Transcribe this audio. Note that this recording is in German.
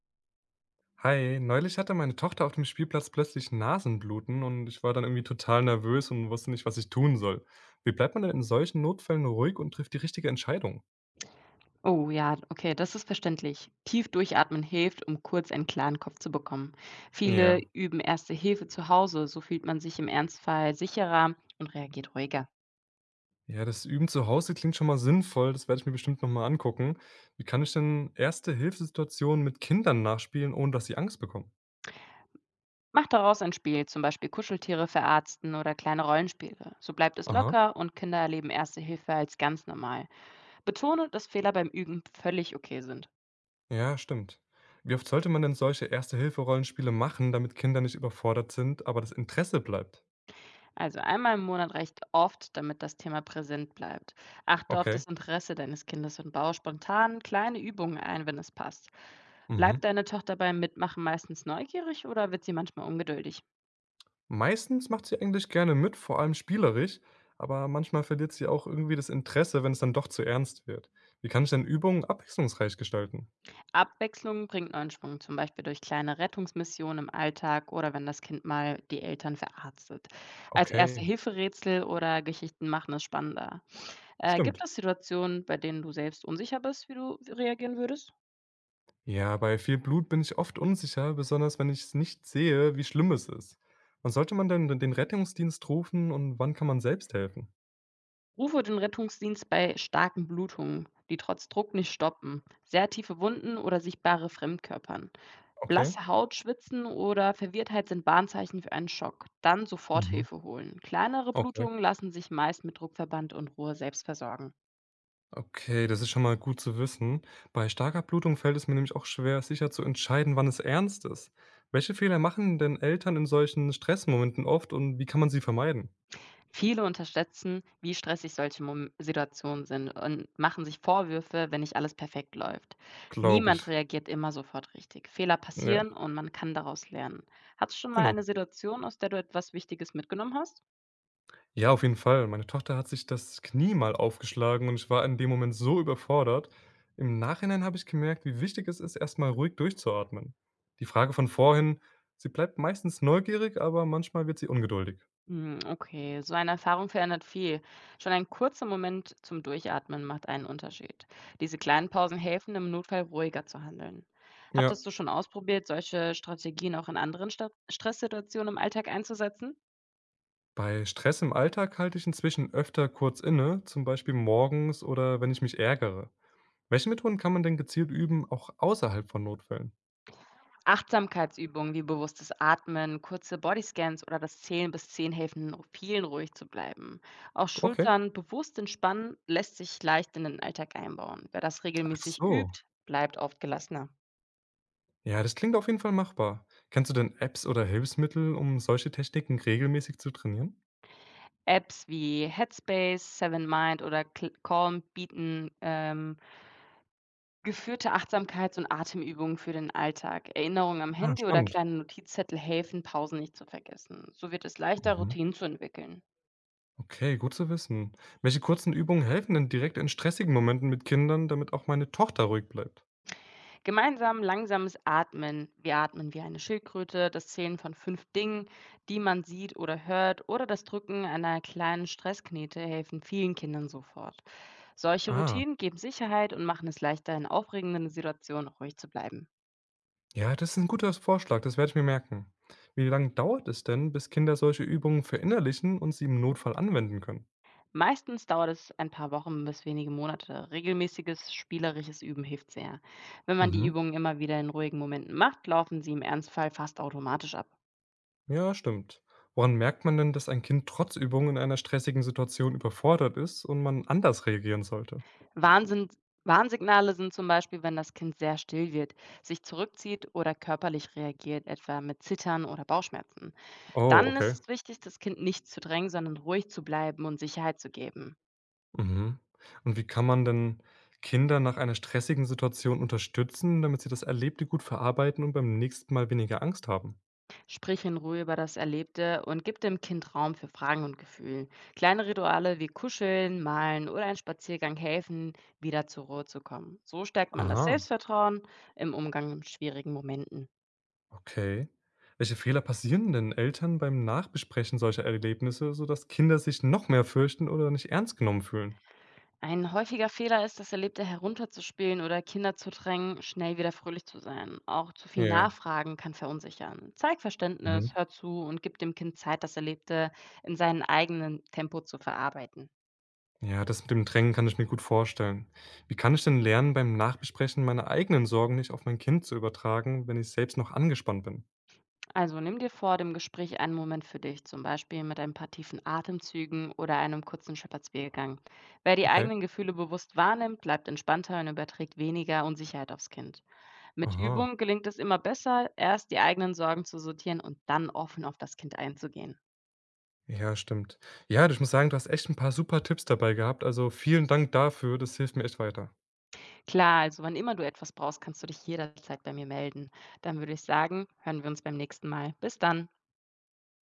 Hi, neulich hatte meine Tochter auf dem Spielplatz plötzlich Nasenbluten und ich war dann irgendwie total nervös und wusste nicht, was ich tun soll. Wie bleibt man denn in solchen Notfällen ruhig und trifft die richtige Entscheidung? Oh ja, okay, das ist verständlich. Tief durchatmen hilft, um kurz einen klaren Kopf zu bekommen. Viele Ja. üben erste Hilfe zu Hause, so fühlt man sich im Ernstfall sicherer und reagiert ruhiger. Ja, das Üben zu Hause klingt schon mal sinnvoll, das werde ich mir bestimmt nochmal angucken. Wie kann ich denn erste Hilfssituationen mit Kindern nachspielen, ohne dass sie Angst bekommen? Macht daraus ein Spiel, zum Beispiel Kuscheltiere verarzten oder kleine Rollenspiele. So bleibt es Aha. locker und Kinder erleben erste Hilfe als ganz normal. Betone, dass Fehler beim Üben völlig okay sind. Ja, stimmt. Wie oft sollte man denn solche Erste-Hilfe-Rollenspiele machen, damit Kinder nicht überfordert sind, aber das Interesse bleibt? Also einmal im Monat reicht oft, damit das Thema präsent bleibt. Achte auf Okay. das Interesse deines Kindes und baue spontan kleine Übungen ein, wenn es passt. Bleibt Mhm. deine Tochter beim Mitmachen meistens neugierig oder wird sie manchmal ungeduldig? Meistens macht sie eigentlich gerne mit, vor allem spielerisch, aber manchmal verliert sie auch irgendwie das Interesse, wenn es dann doch zu ernst wird. Wie kann ich denn Übungen abwechslungsreich gestalten? Abwechslung bringt neuen Schwung, zum Beispiel durch kleine Rettungsmissionen im Alltag oder wenn das Kind mal die Eltern verarztet. Als Okay, Erste-Hilfe-Rätsel oder Geschichten machen es spannender. Gibt stimmt. es Situationen, bei denen du selbst unsicher bist, wie du reagieren würdest? Ja, bei viel Blut bin ich oft unsicher, besonders wenn ich es nicht sehe, wie schlimm es ist. Wann sollte man denn den Rettungsdienst rufen und wann kann man selbst helfen? Rufe den Rettungsdienst bei starken Blutungen, die trotz Druck nicht stoppen, sehr tiefe Wunden oder sichtbare Fremdkörpern. Okay. Blasse Haut, Schwitzen oder Verwirrtheit sind Warnzeichen für einen Schock. Dann sofort Mhm. Hilfe holen. Kleinere Okay. Blutungen lassen sich meist mit Druckverband und Ruhe selbst versorgen. Okay, das ist schon mal gut zu wissen. Bei starker Blutung fällt es mir nämlich auch schwer, sicher zu entscheiden, wann es ernst ist. Welche Fehler machen denn Eltern in solchen Stressmomenten oft und wie kann man sie vermeiden? Viele unterschätzen, wie stressig solche Mom Situationen sind und machen sich Vorwürfe, wenn nicht alles perfekt läuft. Glaube Niemand ich. reagiert immer sofort richtig. Fehler Ja, passieren und man kann daraus lernen. Hattest du schon mal genau. eine Situation, aus der du etwas Wichtiges mitgenommen hast? Ja, auf jeden Fall. Meine Tochter hat sich das Knie mal aufgeschlagen und ich war in dem Moment so überfordert. Im Nachhinein habe ich gemerkt, wie wichtig es ist, erstmal ruhig durchzuatmen. Die Frage von vorhin, sie bleibt meistens neugierig, aber manchmal wird sie ungeduldig. Hm, okay, so eine Erfahrung verändert viel. Schon ein kurzer Moment zum Durchatmen macht einen Unterschied. Diese kleinen Pausen helfen, im Notfall ruhiger zu handeln. Ja, Hattest du schon ausprobiert, solche Strategien auch in anderen Sta Stresssituationen im Alltag einzusetzen? bei Stress im Alltag halte ich inzwischen öfter kurz inne, zum Beispiel morgens oder wenn ich mich ärgere. Welche Methoden kann man denn gezielt üben, auch außerhalb von Notfällen? Achtsamkeitsübungen wie bewusstes Atmen, kurze Bodyscans oder das Zählen bis 10 helfen vielen ruhig zu bleiben. Auch Okay. Schultern bewusst entspannen lässt sich leicht in den Alltag einbauen. Wer das Ach regelmäßig so. übt, bleibt oft gelassener. Ja, das klingt auf jeden Fall machbar. Kennst du denn Apps oder Hilfsmittel, um solche Techniken regelmäßig zu trainieren? Apps wie Headspace, Seven Mind oder Calm bieten geführte Achtsamkeits- und Atemübungen für den Alltag. Erinnerungen am Ah, Handy oder spannend. kleine Notizzettel helfen, Pausen nicht zu vergessen. So wird es leichter, Mhm. Routinen zu entwickeln. Okay, gut zu wissen. Welche kurzen Übungen helfen denn direkt in stressigen Momenten mit Kindern, damit auch meine Tochter ruhig bleibt? Gemeinsam langsames Atmen. Wir atmen wie eine Schildkröte, das Zählen von fünf Dingen, die man sieht oder hört, oder das Drücken einer kleinen Stressknete helfen vielen Kindern sofort. Solche Ah. Routinen geben Sicherheit und machen es leichter, in aufregenden Situationen ruhig zu bleiben. Ja, das ist ein guter Vorschlag, das werde ich mir merken. Wie lang dauert es denn, bis Kinder solche Übungen verinnerlichen und sie im Notfall anwenden können? Meistens dauert es ein paar Wochen bis wenige Monate. Regelmäßiges spielerisches Üben hilft sehr. Wenn man die Mhm. Übungen immer wieder in ruhigen Momenten macht, laufen sie im Ernstfall fast automatisch ab. Ja, stimmt. Woran merkt man denn, dass ein Kind trotz Übung in einer stressigen Situation überfordert ist und man anders reagieren sollte? Warnsin Warnsignale sind zum Beispiel, wenn das Kind sehr still wird, sich zurückzieht oder körperlich reagiert, etwa mit Zittern oder Bauchschmerzen. Oh, Dann ist okay. es wichtig, das Kind nicht zu drängen, sondern ruhig zu bleiben und Sicherheit zu geben. Mhm. Und wie kann man denn Kinder nach einer stressigen Situation unterstützen, damit sie das Erlebte gut verarbeiten und beim nächsten Mal weniger Angst haben? Sprich in Ruhe über das Erlebte und gib dem Kind Raum für Fragen und Gefühle. Kleine Rituale wie Kuscheln, Malen oder ein Spaziergang helfen, wieder zur Ruhe zu kommen. So stärkt man das Aha. Selbstvertrauen im Umgang mit schwierigen Momenten. Okay. Welche Fehler passieren denn Eltern beim Nachbesprechen solcher Erlebnisse, sodass Kinder sich noch mehr fürchten oder nicht ernst genommen fühlen? Ein häufiger Fehler ist, das Erlebte herunterzuspielen oder Kinder zu drängen, schnell wieder fröhlich zu sein. Auch zu viel Ja. Nachfragen kann verunsichern. Zeig Mhm. Verständnis, hör zu und gib dem Kind Zeit, das Erlebte in seinem eigenen Tempo zu verarbeiten. Ja, das mit dem Drängen kann ich mir gut vorstellen. Wie kann ich denn lernen, beim Nachbesprechen meine eigenen Sorgen nicht auf mein Kind zu übertragen, wenn ich selbst noch angespannt bin? Also nimm dir vor dem Gespräch einen Moment für dich, zum Beispiel mit ein paar tiefen Atemzügen oder einem kurzen Spaziergang. Wer die Okay. eigenen Gefühle bewusst wahrnimmt, bleibt entspannter und überträgt weniger Unsicherheit aufs Kind. Mit Aha. Übung gelingt es immer besser, erst die eigenen Sorgen zu sortieren und dann offen auf das Kind einzugehen. Ja, stimmt. Ja, ich muss sagen, du hast echt ein paar super Tipps dabei gehabt. Also vielen Dank dafür. Das hilft mir echt weiter. Klar, also wann immer du etwas brauchst, kannst du dich jederzeit bei mir melden. Dann würde ich sagen, hören wir uns beim nächsten Mal. Bis dann.